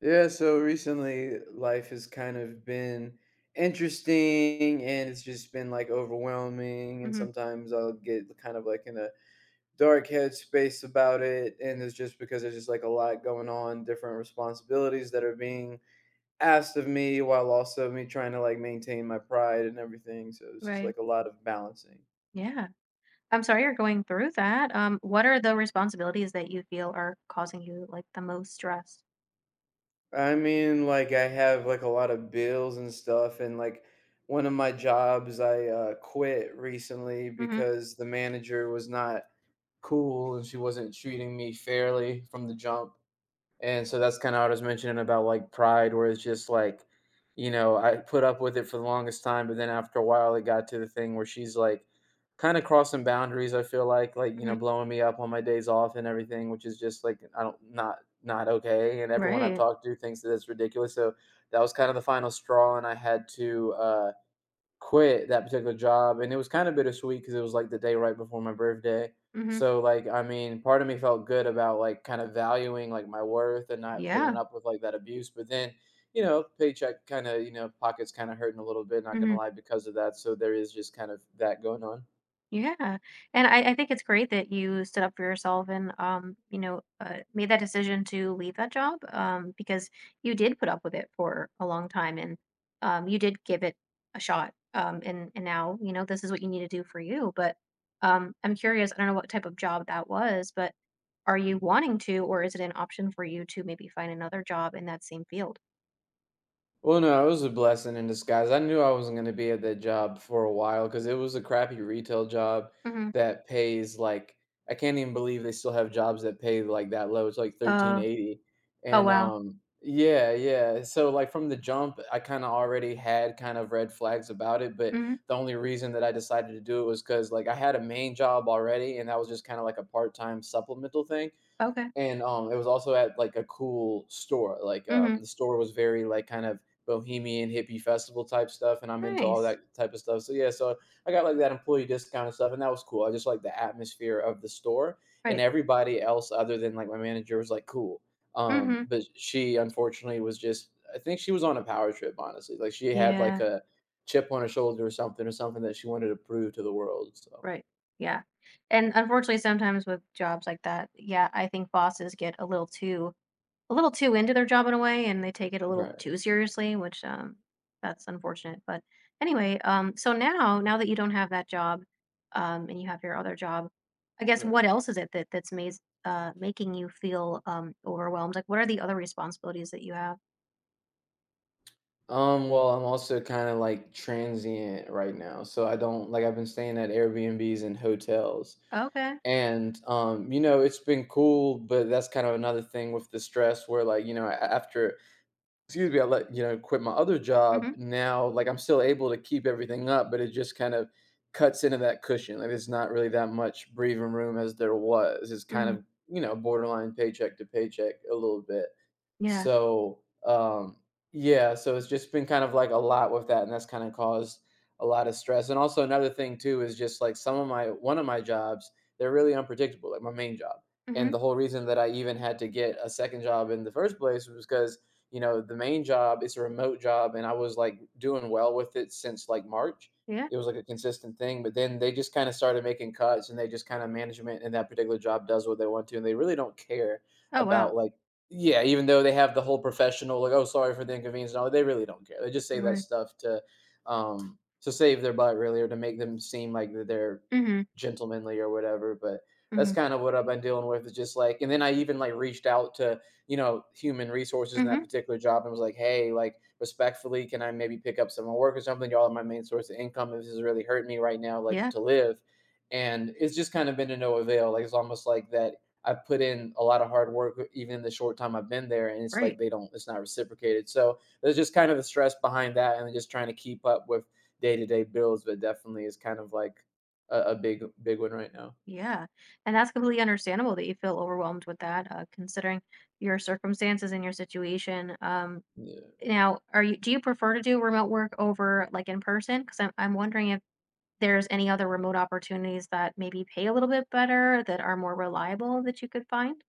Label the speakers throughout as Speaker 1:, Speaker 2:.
Speaker 1: Yeah, so recently life has kind of been interesting and it's just been overwhelming, and
Speaker 2: Mhm.
Speaker 1: sometimes I'll get kind of like in a dark headspace about it. And it's just because there's just like a lot going on, different responsibilities that are being asked of me while also me trying to like maintain my pride and everything. So it's just
Speaker 2: Right.
Speaker 1: like a lot of balancing.
Speaker 2: Yeah. I'm sorry you're going through that. What are the responsibilities that you feel are causing you like the most stress?
Speaker 1: I mean, like I have like a lot of bills and stuff, and like one of my jobs I quit recently
Speaker 2: Mm-hmm.
Speaker 1: because the manager was not cool and she wasn't treating me fairly from the jump. And so that's kind of what I was mentioning about like pride, where it's just like, you know, I put up with it for the longest time, but then after a while, it got to the thing where she's like kind of crossing boundaries. I feel like you
Speaker 2: hmm
Speaker 1: know, blowing me up on my days off and everything, which is just like I don't, not okay. And everyone I've
Speaker 2: Right.
Speaker 1: talked to thinks that it's ridiculous. So that was kind of the final straw, and I had to quit that particular job, and it was kind of bittersweet because it was like the day right before my birthday.
Speaker 2: Mm-hmm.
Speaker 1: So like, I mean, part of me felt good about like kind of valuing like my worth and not putting
Speaker 2: Yeah.
Speaker 1: up with like that abuse. But then, you know, paycheck kind of, pockets kind of hurting a little bit. Not gonna
Speaker 2: Mm-hmm.
Speaker 1: lie, because of that. So there is just kind of that going on.
Speaker 2: Yeah, and I think it's great that you stood up for yourself and you know, made that decision to leave that job because you did put up with it for a long time and you did give it a shot. And now you know this is what you need to do for you. But I'm curious. I don't know what type of job that was, but are you wanting to, or is it an option for you to maybe find another job in that same field?
Speaker 1: Well, no, it was a blessing in disguise. I knew I wasn't going to be at that job for a while because it was a crappy retail job
Speaker 2: hmm
Speaker 1: that pays like, I can't even believe they still have jobs that pay like that low. It's like thirteen
Speaker 2: Uh.
Speaker 1: eighty,
Speaker 2: Oh
Speaker 1: and
Speaker 2: wow.
Speaker 1: yeah, yeah. So like from the jump, I kind of already had kind of red flags about it, but
Speaker 2: hmm
Speaker 1: the only reason that I decided to do it was because like I had a main job already, and that was just kind of like a part time supplemental thing.
Speaker 2: Okay.
Speaker 1: And, it was also at like a cool store, like,
Speaker 2: hmm
Speaker 1: the store was very like kind of bohemian hippie festival type stuff, and I'm into all
Speaker 2: Nice.
Speaker 1: that type of stuff. So, yeah, so I got like that employee discount and stuff, and that was cool. I just like the atmosphere of the store, and
Speaker 2: Right.
Speaker 1: everybody else other than like my manager was like cool.
Speaker 2: hmm
Speaker 1: But she unfortunately was just, I think she was on a power trip, honestly. Like, she had
Speaker 2: Yeah.
Speaker 1: like a chip on her shoulder, or something that she wanted to prove to the world. So
Speaker 2: Right. Yeah. And unfortunately, sometimes with jobs like that, yeah, I think bosses get a little too into their job in a way, and they take it a little
Speaker 1: right,
Speaker 2: too seriously, which that's unfortunate. But anyway, so now that you don't have that job, and you have your other job, I guess what
Speaker 1: right.
Speaker 2: else is it that that's made making you feel overwhelmed? Like, what are the other responsibilities that you have?
Speaker 1: Well, I'm also kind of like transient right now. So I don't, like I've been staying at Airbnbs and hotels.
Speaker 2: Okay.
Speaker 1: And you know, it's been cool, but that's kind of another thing with the stress where like, you know, after, excuse me, I let you know, quit my other job.
Speaker 2: Mhm.
Speaker 1: Now like I'm still able to keep everything up, but it just kind of cuts into that cushion. Like there's not really that much breathing room as there was. It's kind
Speaker 2: Mhm.
Speaker 1: of, you know, borderline paycheck to paycheck a little bit.
Speaker 2: Yeah.
Speaker 1: So, yeah, so it's just been kind of like a lot with that, and that's kind of caused a lot of stress. And also another thing too is just like some of my one of my jobs, they're really unpredictable, like my main job.
Speaker 2: Mhm.
Speaker 1: And the whole reason that I even had to get a second job in the first place was because, you know, the main job is a remote job and I was like doing well with it since like March.
Speaker 2: Yeah.
Speaker 1: It was like a consistent thing, but then they just kind of started making cuts, and they just kind of, management in that particular job does what they want to, and they really don't care
Speaker 2: Oh wow.
Speaker 1: about like, yeah, even though they have the whole professional, like, oh, sorry for the inconvenience, and all, they really don't care. They just say that
Speaker 2: Right.
Speaker 1: stuff um, to save their butt, really, or to make them seem like that they're
Speaker 2: Mhm.
Speaker 1: gentlemanly or whatever. But that's
Speaker 2: Mhm.
Speaker 1: kind of what I've been dealing with. Is just like, and then I even like reached out to, you know, human resources in that
Speaker 2: Mhm.
Speaker 1: particular job and was like, hey, like, respectfully, can I maybe pick up some more work or something? Y'all are my main source of income. This is really hurting me right now, like
Speaker 2: Yeah.
Speaker 1: to live. And it's just kind of been to no avail. Like, it's almost like that I put in a lot of hard work, even in the short time I've been there, and it's like
Speaker 2: Right.
Speaker 1: they don't, it's not reciprocated. So there's just kind of the stress behind that, and just trying to keep up with day to day bills. But definitely is kind of like a big, big one right now.
Speaker 2: Yeah, and that's completely understandable that you feel overwhelmed with that, considering your circumstances and your situation. Now, are you do you prefer to do remote work over like in person? Because I'm wondering if there's any other remote opportunities that maybe pay a little bit better, that are more reliable that you could find.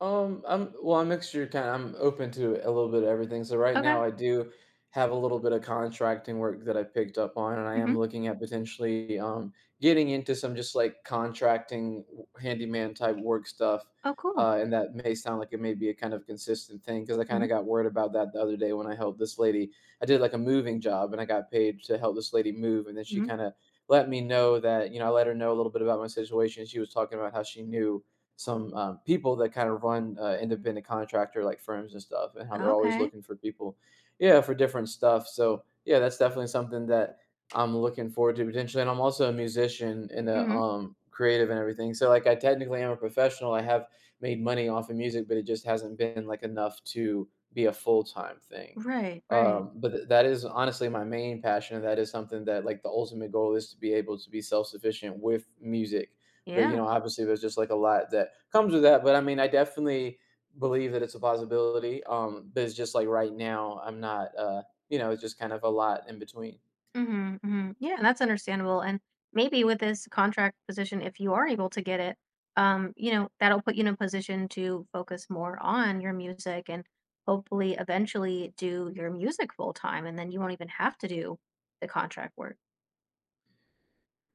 Speaker 1: I'm well, I'm mixture kind I'm open to a little bit of everything. So right
Speaker 2: Okay.
Speaker 1: now I do have a little bit of contracting work that I picked up on, and I
Speaker 2: Mm-hmm.
Speaker 1: am looking at potentially getting into some just like contracting handyman type work stuff.
Speaker 2: Oh, cool.
Speaker 1: And that may sound like it may be a kind of consistent thing because I kind
Speaker 2: Mm-hmm.
Speaker 1: of got worried about that the other day when I helped this lady. I did like a moving job and I got paid to help this lady move, and then she
Speaker 2: Mm-hmm.
Speaker 1: kind of let me know that, you know, I let her know a little bit about my situation. She was talking about how she knew some people that kind of run independent contractor like firms and stuff, and how they're always
Speaker 2: Okay.
Speaker 1: looking for people, yeah, for different stuff. So yeah, that's definitely something that I'm looking forward to potentially. And I'm also a musician and a
Speaker 2: Mm-hmm.
Speaker 1: creative and everything. So like I technically am a professional. I have made money off of music, but it just hasn't been like enough to be a full time thing.
Speaker 2: Right. Right.
Speaker 1: But that is honestly my main passion. And That is something that like the ultimate goal is to be able to be self sufficient with music. But you
Speaker 2: Yeah.
Speaker 1: know, obviously, there's just like a lot that comes with that. But I mean, I definitely believe that it's a possibility. But it's just like right now, I'm not. You know, it's just kind of a lot in between.
Speaker 2: Mhm, mhm. Yeah, and that's understandable, and maybe with this contract position, if you are able to get it, you know, that'll put you in a position to focus more on your music and hopefully eventually do your music full time, and then you won't even have to do the contract work.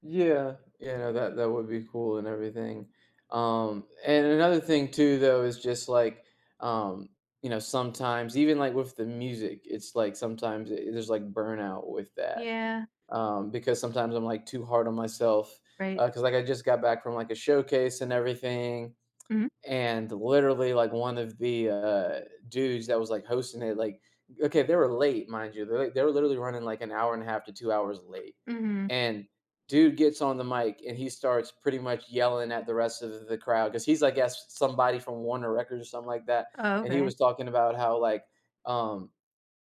Speaker 1: Yeah, you know that that would be cool and everything. And another thing too, though, is just like um, you know, sometimes even like with the music, it's like sometimes it, there's like burnout with that.
Speaker 2: Yeah,
Speaker 1: Because sometimes I'm like too hard on myself,
Speaker 2: right.
Speaker 1: because like I just got back from like a showcase and everything,
Speaker 2: Mhm,
Speaker 1: and literally like one of the dudes that was like hosting it, like, okay, they were late, mind you. They like, they were literally running like an hour and a half to 2 hours late,
Speaker 2: mhm.
Speaker 1: and dude gets on the mic and he starts pretty much yelling at the rest of the crowd because he's, I guess, somebody from Warner Records or something like that.
Speaker 2: Oh,
Speaker 1: And he
Speaker 2: okay.
Speaker 1: was talking about how like, um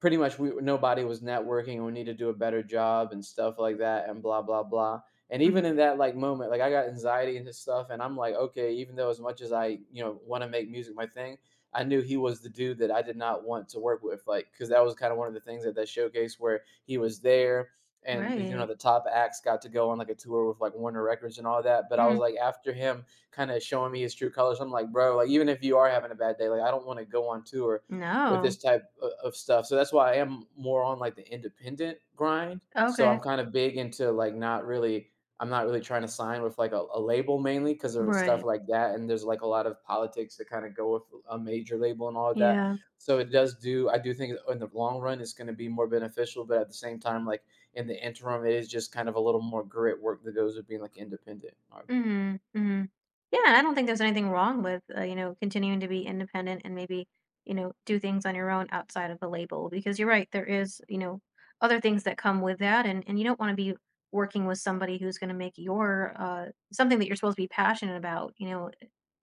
Speaker 1: pretty much we nobody was networking and we need to do a better job and stuff like that, and blah blah blah. And even
Speaker 2: Mhm.
Speaker 1: in that like moment, like I got anxiety and his stuff, and I'm like, okay, even though as much as I, you know, want to make music my thing, I knew he was the dude that I did not want to work with, like, because that was kind of one of the things at that showcase where he was there. And you know,
Speaker 2: Right.
Speaker 1: the top acts got to go on like a tour with like Warner Records and all that, but I was
Speaker 2: Mhm.
Speaker 1: like, after him kind of showing me his true colors, I'm like, bro, like, even if you are having a bad day, like, I don't want to go on tour with this
Speaker 2: No.
Speaker 1: type of stuff. So that's why I am more on like the independent grind. So
Speaker 2: Okay.
Speaker 1: I'm kind of big into like not really, I'm not really trying to sign with like a label, mainly because of stuff
Speaker 2: Right.
Speaker 1: like that, and there's like a lot of politics that kind of go with a major label and all of that.
Speaker 2: Yeah.
Speaker 1: So it does do. I do think in the long run it's going to be more beneficial, but at the same time, like in the interim, it is just kind of a little more grit work that goes with being like independent artist.
Speaker 2: Mhm, mhm. Yeah, and I don't think there's anything wrong with, you know, continuing to be independent and maybe, you know, do things on your own outside of the label because you're right, there is, you know, other things that come with that and you don't want to be working with somebody who's going to make your something that you're supposed to be passionate about, you know,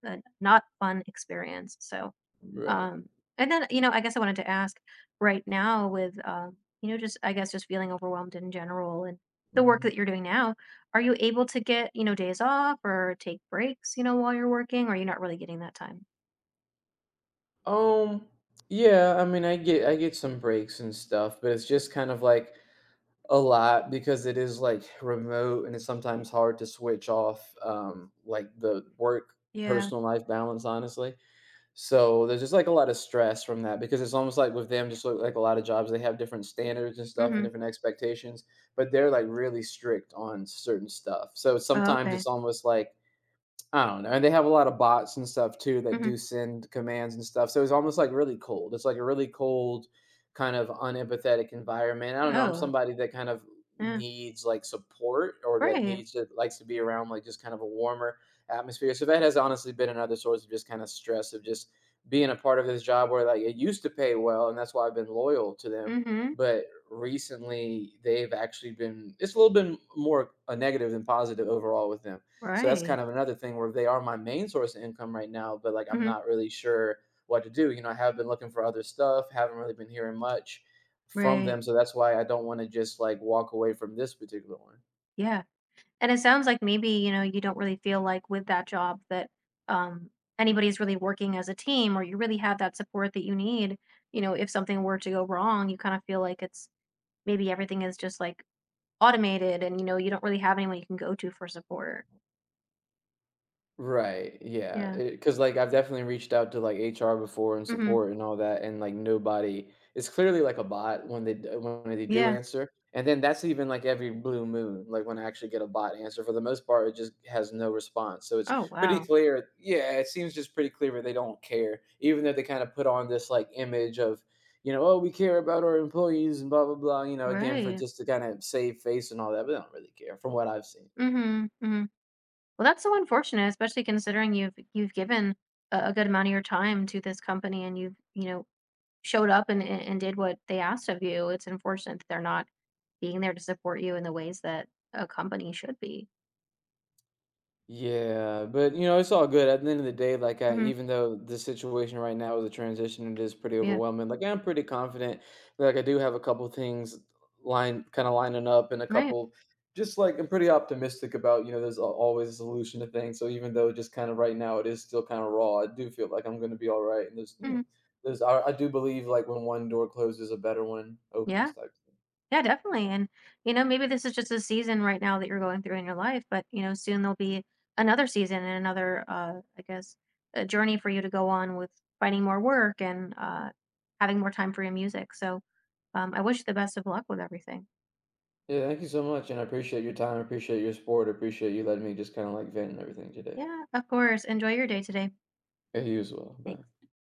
Speaker 2: a not fun experience. So,
Speaker 1: Right.
Speaker 2: um and then, you know, I guess I wanted to ask right now with you know, just I guess just feeling overwhelmed in general and the work that
Speaker 1: Mhm.
Speaker 2: you're doing now are you able to get, you know, days off or take breaks, you know, while you're working, or you're not really getting that time?
Speaker 1: Um. Yeah. I mean, I get some breaks and stuff, but it's just kind of like a lot because it is, like, remote and it's sometimes hard to switch off, like, the work
Speaker 2: Yeah.
Speaker 1: personal life balance, honestly. So, there's just, like, a lot of stress from that because it's almost like with them, just like a lot of jobs, they have different standards and stuff and
Speaker 2: Mhm.
Speaker 1: different expectations, but they're, like, really strict on certain stuff. So,
Speaker 2: Oh,
Speaker 1: sometimes
Speaker 2: okay.
Speaker 1: it's almost like I don't know. And they have a lot of bots and stuff too that
Speaker 2: Mhm.
Speaker 1: do send commands and stuff. So it's almost like really cold. It's like a really cold, kind of unempathetic environment. I don't know. I'm
Speaker 2: Oh,
Speaker 1: somebody that kind of
Speaker 2: yeah.
Speaker 1: needs like support or that
Speaker 2: Right.
Speaker 1: needs to likes to be around like just kind of a warmer atmosphere. So that has honestly been another source of just kind of stress of just being a part of this job where like it used to pay well and that's why I've been loyal to them.
Speaker 2: Mhm.
Speaker 1: But recently they've actually been it's a little bit more a negative than positive overall with them. So that's
Speaker 2: Right.
Speaker 1: kind of another thing where they are my main source of income right now, but like I'm
Speaker 2: Mhm.
Speaker 1: not really sure what to do. You know, I have been looking for other stuff, haven't really been hearing much from
Speaker 2: Right.
Speaker 1: them. So that's why I don't want to just like walk away from this particular one.
Speaker 2: Yeah. And it sounds like maybe, you know, you don't really feel like with that job that um anybody's really working as a team or you really have that support that you need. You know, if something were to go wrong, you kind of feel like it's maybe everything is just like automated and you know, you don't really have anyone you can go to for support.
Speaker 1: Right, yeah,
Speaker 2: Yeah.
Speaker 1: because like, I've definitely reached out to, like, HR before and
Speaker 2: Mhm.
Speaker 1: support and all that, and, like, nobody it's clearly like a bot when they do
Speaker 2: Yeah.
Speaker 1: answer, and then that's even, like, every blue moon, like, when I actually get a bot answer, for the most part, it just has no response, so it's
Speaker 2: Oh,
Speaker 1: pretty
Speaker 2: wow.
Speaker 1: clear yeah, it seems just pretty clear they don't care, even though they kinda put on this, like, image of, you know, "Oh, we care about our employees and blah, blah, blah," you know, again, for
Speaker 2: Right.
Speaker 1: just to kinda save face and all that, but they don't really care from what I've seen.
Speaker 2: Mhm, mhm. Well, that's so unfortunate, especially considering you've given a good amount of your time to this company and you've, you know, showed up and and did what they asked of you. It's unfortunate that they're not being there to support you in the ways that a company should be.
Speaker 1: Yeah, but you know, it's all good. At the end of the day, like I,
Speaker 2: Mhm.
Speaker 1: even though the situation right now is a transition, it is pretty
Speaker 2: Yeah.
Speaker 1: overwhelming. Like I'm pretty confident. Like I do have a couple things line kind of lining up, and a
Speaker 2: Right.
Speaker 1: couple just like I'm pretty optimistic about. You know, there's always a solution to things. So even though just kind of right now it is still kind of raw, I do feel like I'm going to be all right. And there's you know,
Speaker 2: Mhm.
Speaker 1: there's I do believe like when one door closes, a better one opens
Speaker 2: Yeah.
Speaker 1: type thing.
Speaker 2: Yeah,
Speaker 1: Yeah.
Speaker 2: definitely. And, you know, maybe this is just a season right now that you're going through in your life, but, you know, soon there'll be another season and another, I guess, a journey for you to go on with finding more work and having more time for your music. So I wish you the best of luck with everything.
Speaker 1: Yeah, thank you so much, and I appreciate your time. I appreciate your support. I appreciate you letting me just kind of like vent and everything today.
Speaker 2: Yeah, of course. Enjoy your day today.
Speaker 1: Yeah, you as well.
Speaker 2: Thanks.
Speaker 1: Bye.